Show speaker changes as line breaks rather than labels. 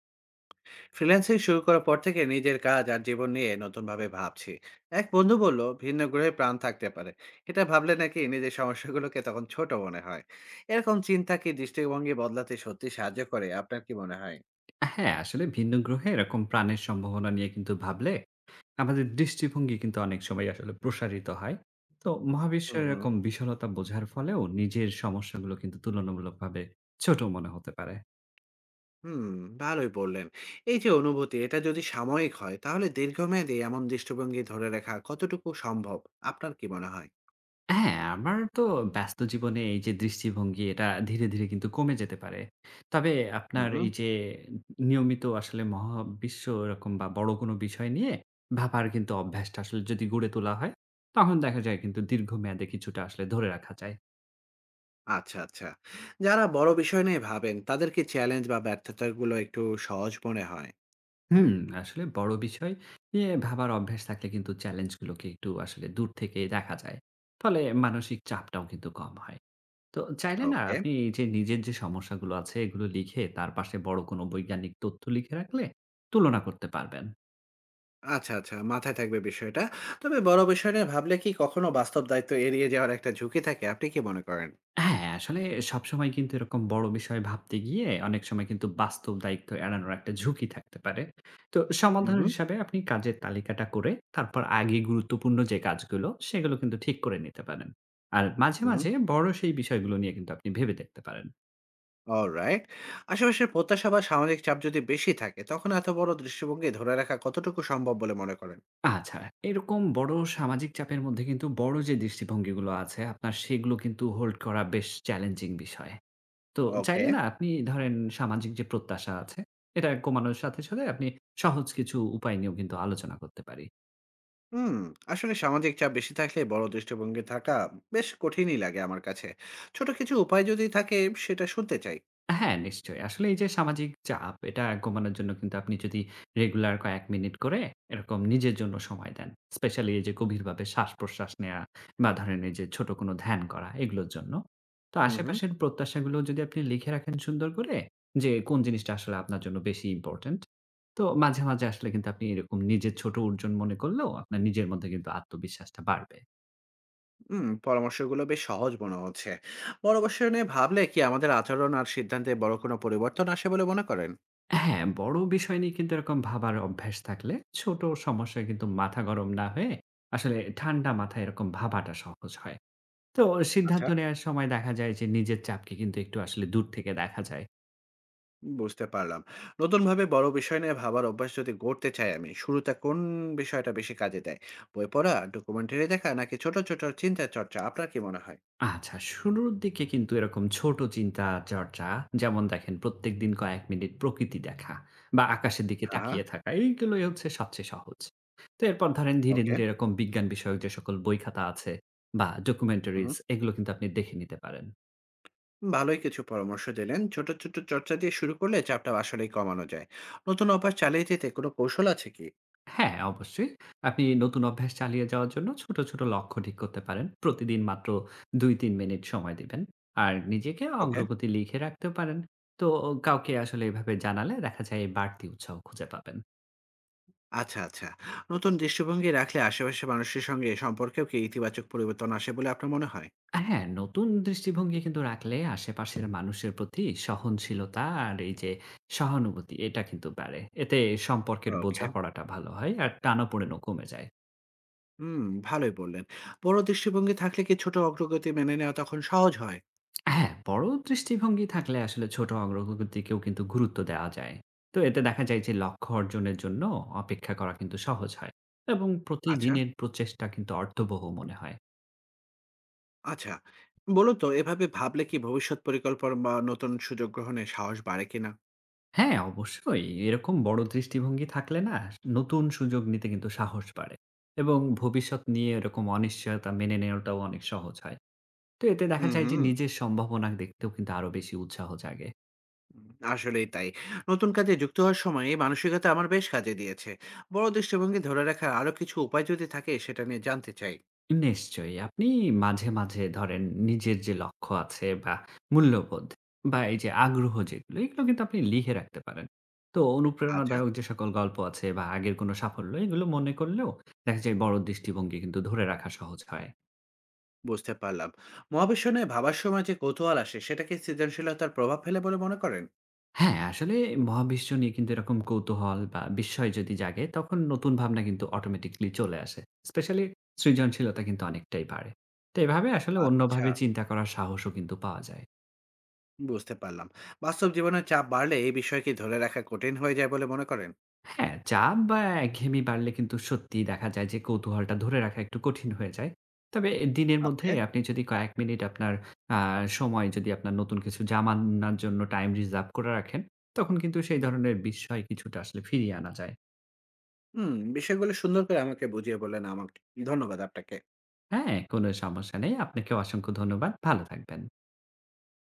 Freelancing শুরু করার পর থেকে নিজের কাজ আর জীবন নিয়ে নতুনভাবে ভাবছি। এক বন্ধু বলল ভিন্ন গ্রহে প্রাণ থাকতে পারে। এটা ভাবলে নাকি নিজের সমস্যাগুলোকে তখন ছোট মনে হয়। এরকম চিন্তা কি দৃষ্টিভঙ্গি বদলাতে সত্যি সাহায্য করে? আপনার কি মনে হয়?
হ্যাঁ, আসলে ভিন্ন গ্রহে এরকম প্রাণের সম্ভাবনা নিয়ে কিন্তু ভাবলে আমাদের দৃষ্টিভঙ্গি কিন্তু অনেক সময় আসলে প্রসারিত হয়। তো
হুম,
মহাবিশ্বের
হুম।
এরকম বিশালতা বোঝার ফলেও নিজের সমস্যাগুলো কিন্তু তুলনামূলকভাবে ছোট মনে হতে পারে।
হুম, ভালোই বললেন। এই যে অনুভূতি এটা যদি সাময়িক হয় তাহলে দীর্ঘমেয়াদী এমন দৃষ্টিভঙ্গি ধরে রাখা কতটুকু সম্ভব? আপনার কি মনে হয়?
হ্যাঁ, আমার তো ব্যস্ত জীবনে এই যে দৃষ্টিভঙ্গি এটা ধীরে ধীরে কিন্তু কমে যেতে পারে। তবে
হুম,
আপনার
হুম।
এই যে নিয়মিত আসলে মহাবিশ্ব এরকম বা বড় কোনো বিষয় নিয়ে ভাবার কিন্তু অভ্যাসটা আসলে যদি গড়ে তোলা হয়, তখন দেখা যায় কিন্তু দীর্ঘমেয়াদে কিছুটা আসলে ধরে রাখা যায়।
আচ্ছা, আচ্ছা। যারা বড় বিষয় নিয়ে ভাবেন তাদের কি চ্যালেঞ্জ বা ব্যর্থতাগুলো একটু সহজ মনে হয়?
হুম, আসলে বড় বিষয় নিয়ে ভাবার অভ্যাস থাকলে কিন্তু চ্যালেঞ্জগুলোকে একটু আসলে দূর থেকে দেখা যায়। ফলে মানসিক চাপটাও কিন্তু কম হয়। তো চাইলে না
ওকে।
আপনি এই যে নিজের যে সমস্যাগুলো আছে এগুলো লিখে তার পাশে বড় কোনো বৈজ্ঞানিক তথ্য লিখে রাখলে তুলনা করতে পারবেন।
আচ্ছা, আচ্ছা। মাথায় থাকবে বিষয়টা। তবে বড় বিষয় নিয়ে ভাবলে কি কখনো বাস্তব দায়িত্ব এড়িয়ে যাওয়ার একটা ঝুঁকি থাকে? আপনি কি মনে করেন?
হ্যাঁ, আসলে সবসময় কিন্তু এরকম বড় বিষয় ভাবতে গিয়ে অনেক সময় কিন্তু বাস্তব দায়িত্ব এড়ানোর একটা ঝুঁকি থাকতে পারে। তো
হু,
সমাধান
হু,
হিসাবে আপনি কাজের তালিকাটা করে তারপর আগে গুরুত্বপূর্ণ যে কাজগুলো সেগুলো কিন্তু ঠিক করে নিতে পারেন। আর মাঝে,
হু।
মাঝে বড় সেই বিষয়গুলো নিয়ে কিন্তু আপনি ভেবে দেখতে পারেন।
অলরাইট। আশেপাশের প্রত্যাশা বা সামাজিক চাপ যদি বেশি থাকে তখন এত বড় দৃষ্টিভঙ্গি ধরে রাখা কতটুকু সম্ভব বলে মনে করেন?
আচ্ছা, এরকম বড় সামাজিক চাপের মধ্যে কিন্তু বড় যে দৃষ্টিভঙ্গিগুলো আছে আপনার সেগুলো কিন্তু হোল্ড করা বেশ চ্যালেঞ্জিং বিষয়। তো
ওকে।
চাইলে না আপনি ধরেন সামাজিক যে প্রত্যাশা আছে, এটা কমানোর সাথে সাথে আপনি সহজ কিছু উপায় নিয়েও কিন্তু আলোচনা করতে পারি।
হুম, আসলে সামাজিক চাপ বেশি থাকলে বড় দৃষ্টিভঙ্গি থাকা বেশ কঠিনই লাগে আমার কাছে। ছোট কিছু উপায় যদি থাকে সেটা শুনতে চাই।
হ্যাঁ, নিশ্চয়ই। আসলে এই যে সামাজিক চাপ, এটা কমানোর জন্য কিন্তু আপনি যদি রেগুলার কয়েক মিনিট করে এরকম নিজের জন্য সময় দেন। স্পেশালি এই যে গভীরভাবে শ্বাস-প্রশ্বাস নেয়া বা ধরেন এই যে ছোট কোনো ধ্যান করা এগুলোর জন্য। তো
হু, হু।
আশেপাশের প্রত্যাশাগুলো যদি আপনি লিখে রাখেন সুন্দর করে যে কোন জিনিসটা আসলে আপনার জন্য বেশি ইম্পোর্টেন্ট। তো মাঝে মাঝে আসলে কিন্তু আপনি এরকম নিজের ছোট অর্জন মনে করলেও আপনার নিজের মধ্যে কিন্তু আত্মবিশ্বাসটা বাড়বে।
হুম, পরামর্শগুলো বেশ সহজ মনে হচ্ছে। বড় বিষয় নিয়ে ভাবলে কি আমাদের আচরণ আর সিদ্ধান্তে বড় কোনো পরিবর্তন আসে বলে মনে করেন?
হ্যাঁ, বড় বিষয় নিয়ে কিন্তু এরকম ভাবার অভ্যাস থাকলে ছোট সমস্যায় কিন্তু মাথা গরম না হয়ে আসলে ঠান্ডা মাথায় এরকম ভাবাটা সহজ হয়। তো
আচ্ছা,
সিদ্ধান্ত নেওয়ার সময় দেখা যায় যে নিজের চাপকে কিন্তু একটু আসলে দূর থেকে দেখা যায়।
বুঝতে পারলাম। নতুনভাবে বড় বিষয় নিয়ে ভাবার অভ্যাস যদি গড়তে চাই আমি, শুরুতে কোন বিষয়টা বেশি কাজে দেয়? বই পড়া, ডকুমেন্টারি দেখা নাকি ছোট, ছোট চিন্তা চর্চা? আপনার কি মনে হয়?
আচ্ছা, শুরুর দিকে কিন্তু এরকম ছোট চিন্তা চর্চা যেমন দেখেন প্রত্যেকদিন কয়েক মিনিট প্রকৃতি দেখা বা আকাশের দিকে
হ্যাঁ, হ্যাঁ।
তাকিয়ে থাকা এইগুলোই হচ্ছে সবচেয়ে সহজ। তো এরপর ধরেন ধীরে,
ওকে।
ধীরে এরকম বিজ্ঞান বিষয়ক যে সকল বই খাতা আছে বা
হুম,
ডকুমেন্টারিজ
হুম।
এগুলো কিন্তু আপনি দেখে নিতে পারেন।
ভালোই কিছু পরামর্শ দিলেন। ছোট, ছোট চর্চা দিয়ে শুরু করলে চাপটা আসলেই কমানো যায়। নতুন অভ্যাস চালিয়ে যেতে কোনো কৌশল আছে কি?
হ্যাঁ, অবশ্যই। আপনি নতুন অভ্যাস চালিয়ে যাওয়ার জন্য ছোট, ছোট লক্ষ্য ঠিক করতে পারেন। প্রতিদিন মাত্র ২-৩ মিনিট সময় দিবেন। আর নিজেকে
ওকে।
অগ্রগতি লিখে রাখতেও পারেন। তো কাউকে আসলে এভাবে জানালে দেখা যায় এই বাড়তি উৎসাহ খুঁজে পাবেন।
আচ্ছা, আচ্ছা। নতুন দৃষ্টিভঙ্গি রাখলে আশেপাশের মানুষের সঙ্গে সম্পর্কেও কি ইতিবাচক পরিবর্তন আসে বলে আপনার মনে হয়?
হ্যাঁ, নতুন দৃষ্টিভঙ্গি কিন্তু রাখলে আশেপাশের মানুষের প্রতি সহনশীলতা আর এই যে সহানুভূতি এটা কিন্তু বাড়ে। এতে সম্পর্কের
ওকে।
বোঝাপড়াটা ভালো হয় আর টানাপোড়েনও কমে যায়।
হুম, ভালোই বললেন। বড় দৃষ্টিভঙ্গি থাকলে কি ছোট অগ্রগতি মেনে নেওয়া তখন সহজ হয়?
হ্যাঁ, বড় দৃষ্টিভঙ্গি থাকলে আসলে ছোট অগ্রগতিকেও কিন্তু গুরুত্ব দেওয়া যায়। তো এতে দেখা যায় যে লক্ষ্য অর্জনের জন্য অপেক্ষা করা কিন্তু সহজ হয় এবং
আচ্ছা,
প্রতিদিনের প্রচেষ্টা কিন্তু অর্থবহ মনে হয়।
আচ্ছা। বলুন তো এভাবে ভাবলে কি ভবিষ্যৎ পরিকল্পনা বা নতুন সুযোগ গ্রহণে সাহস বাড়ে কিনা?
হ্যাঁ, অবশ্যই এরকম বড় দৃষ্টিভঙ্গি থাকলে না নতুন সুযোগ নিতে কিন্তু সাহস বাড়ে এবং ভবিষ্যৎ নিয়ে এরকম অনিশ্চয়তা মেনে নেওয়াটাও অনেক সহজ হয়। তো এতে দেখা
হুম,
যায় যে
হুম।
নিজের সম্ভাবনা দেখতেও কিন্তু আরো বেশি উৎসাহ জাগে।
আসলেই তাই। নতুন কাজে যুক্ত হওয়ার সময় এই মানসিকতা আমার বেশ কাজে দিয়েছে। বড় দৃষ্টিভঙ্গি ধরে রাখার আরো কিছু উপায় যদি থাকে সেটা নিয়ে জানতে চাই।
নিশ্চয়ই। আপনি মাঝে মাঝে ধরেন নিজের যে লক্ষ্য আছে বা মূল্যবোধ বা এই যে আগ্রহ যেগুলো, এগুলো কিন্তু আপনি লিখে রাখতে পারেন। তো
আচ্ছা।
অনুপ্রেরণাদায়ক যে সকল গল্প আছে বা আগের কোনো সাফল্য, এগুলো মনে করলেও দেখা যায় বড় দৃষ্টিভঙ্গি কিন্তু ধরে রাখা সহজ হয়।
বুঝতে পারলাম। মহাবিশ্ব নিয়ে ভাবার সময় যে কৌতূহল আসে, সেটা কি সৃজনশীলতার প্রভাব ফেলে বলে মনে করেন?
হ্যাঁ, আসলে মহাবিশ্ব নিয়ে কিন্তু এরকম কৌতূহল বা বিস্ময় যদি জাগে, তখন নতুন ভাবনা কিন্তু অটোমেটিক্যালি চলে আসে। স্পেশালি সৃজনশীলতা কিন্তু অনেকটাই বাড়ে। তো এভাবে আসলে
আচ্ছা,
অন্যভাবে চিন্তা করার সাহসও কিন্তু পাওয়া যায়।
বুঝতে পারলাম। বাস্তব জীবনের চাপ বাড়লে এই বিষয় কি ধরে রাখা কঠিন হয়ে যায় বলে মনে করেন?
হ্যাঁ, চাপ বা একঘেয়েমি বাড়লে কিন্তু সত্যিই দেখা যায় যে কৌতূহলটা ধরে রাখা একটু কঠিন হয়ে যায়। তবে দিনের মধ্যে
ওকে।
আপনি যদি কয়েক মিনিট আপনার আ সময় যদি আপনার নতুন কিছু জামানার জন্য টাইম রিজার্ভ করে রাখেন, তখন কিন্তু সেই ধরনের বিস্ময় কিছুটা আসলে ফিরিয়ে আনা যায়।
হুম, বিষয়গুলো সুন্দর করে আমাকে বুঝিয়ে বললেন আমাকে। ধন্যবাদ আপনাকে।
হ্যাঁ? কোনো সমস্যা নেই। আপনাকেও অসংখ্য ধন্যবাদ। ভালো থাকবেন।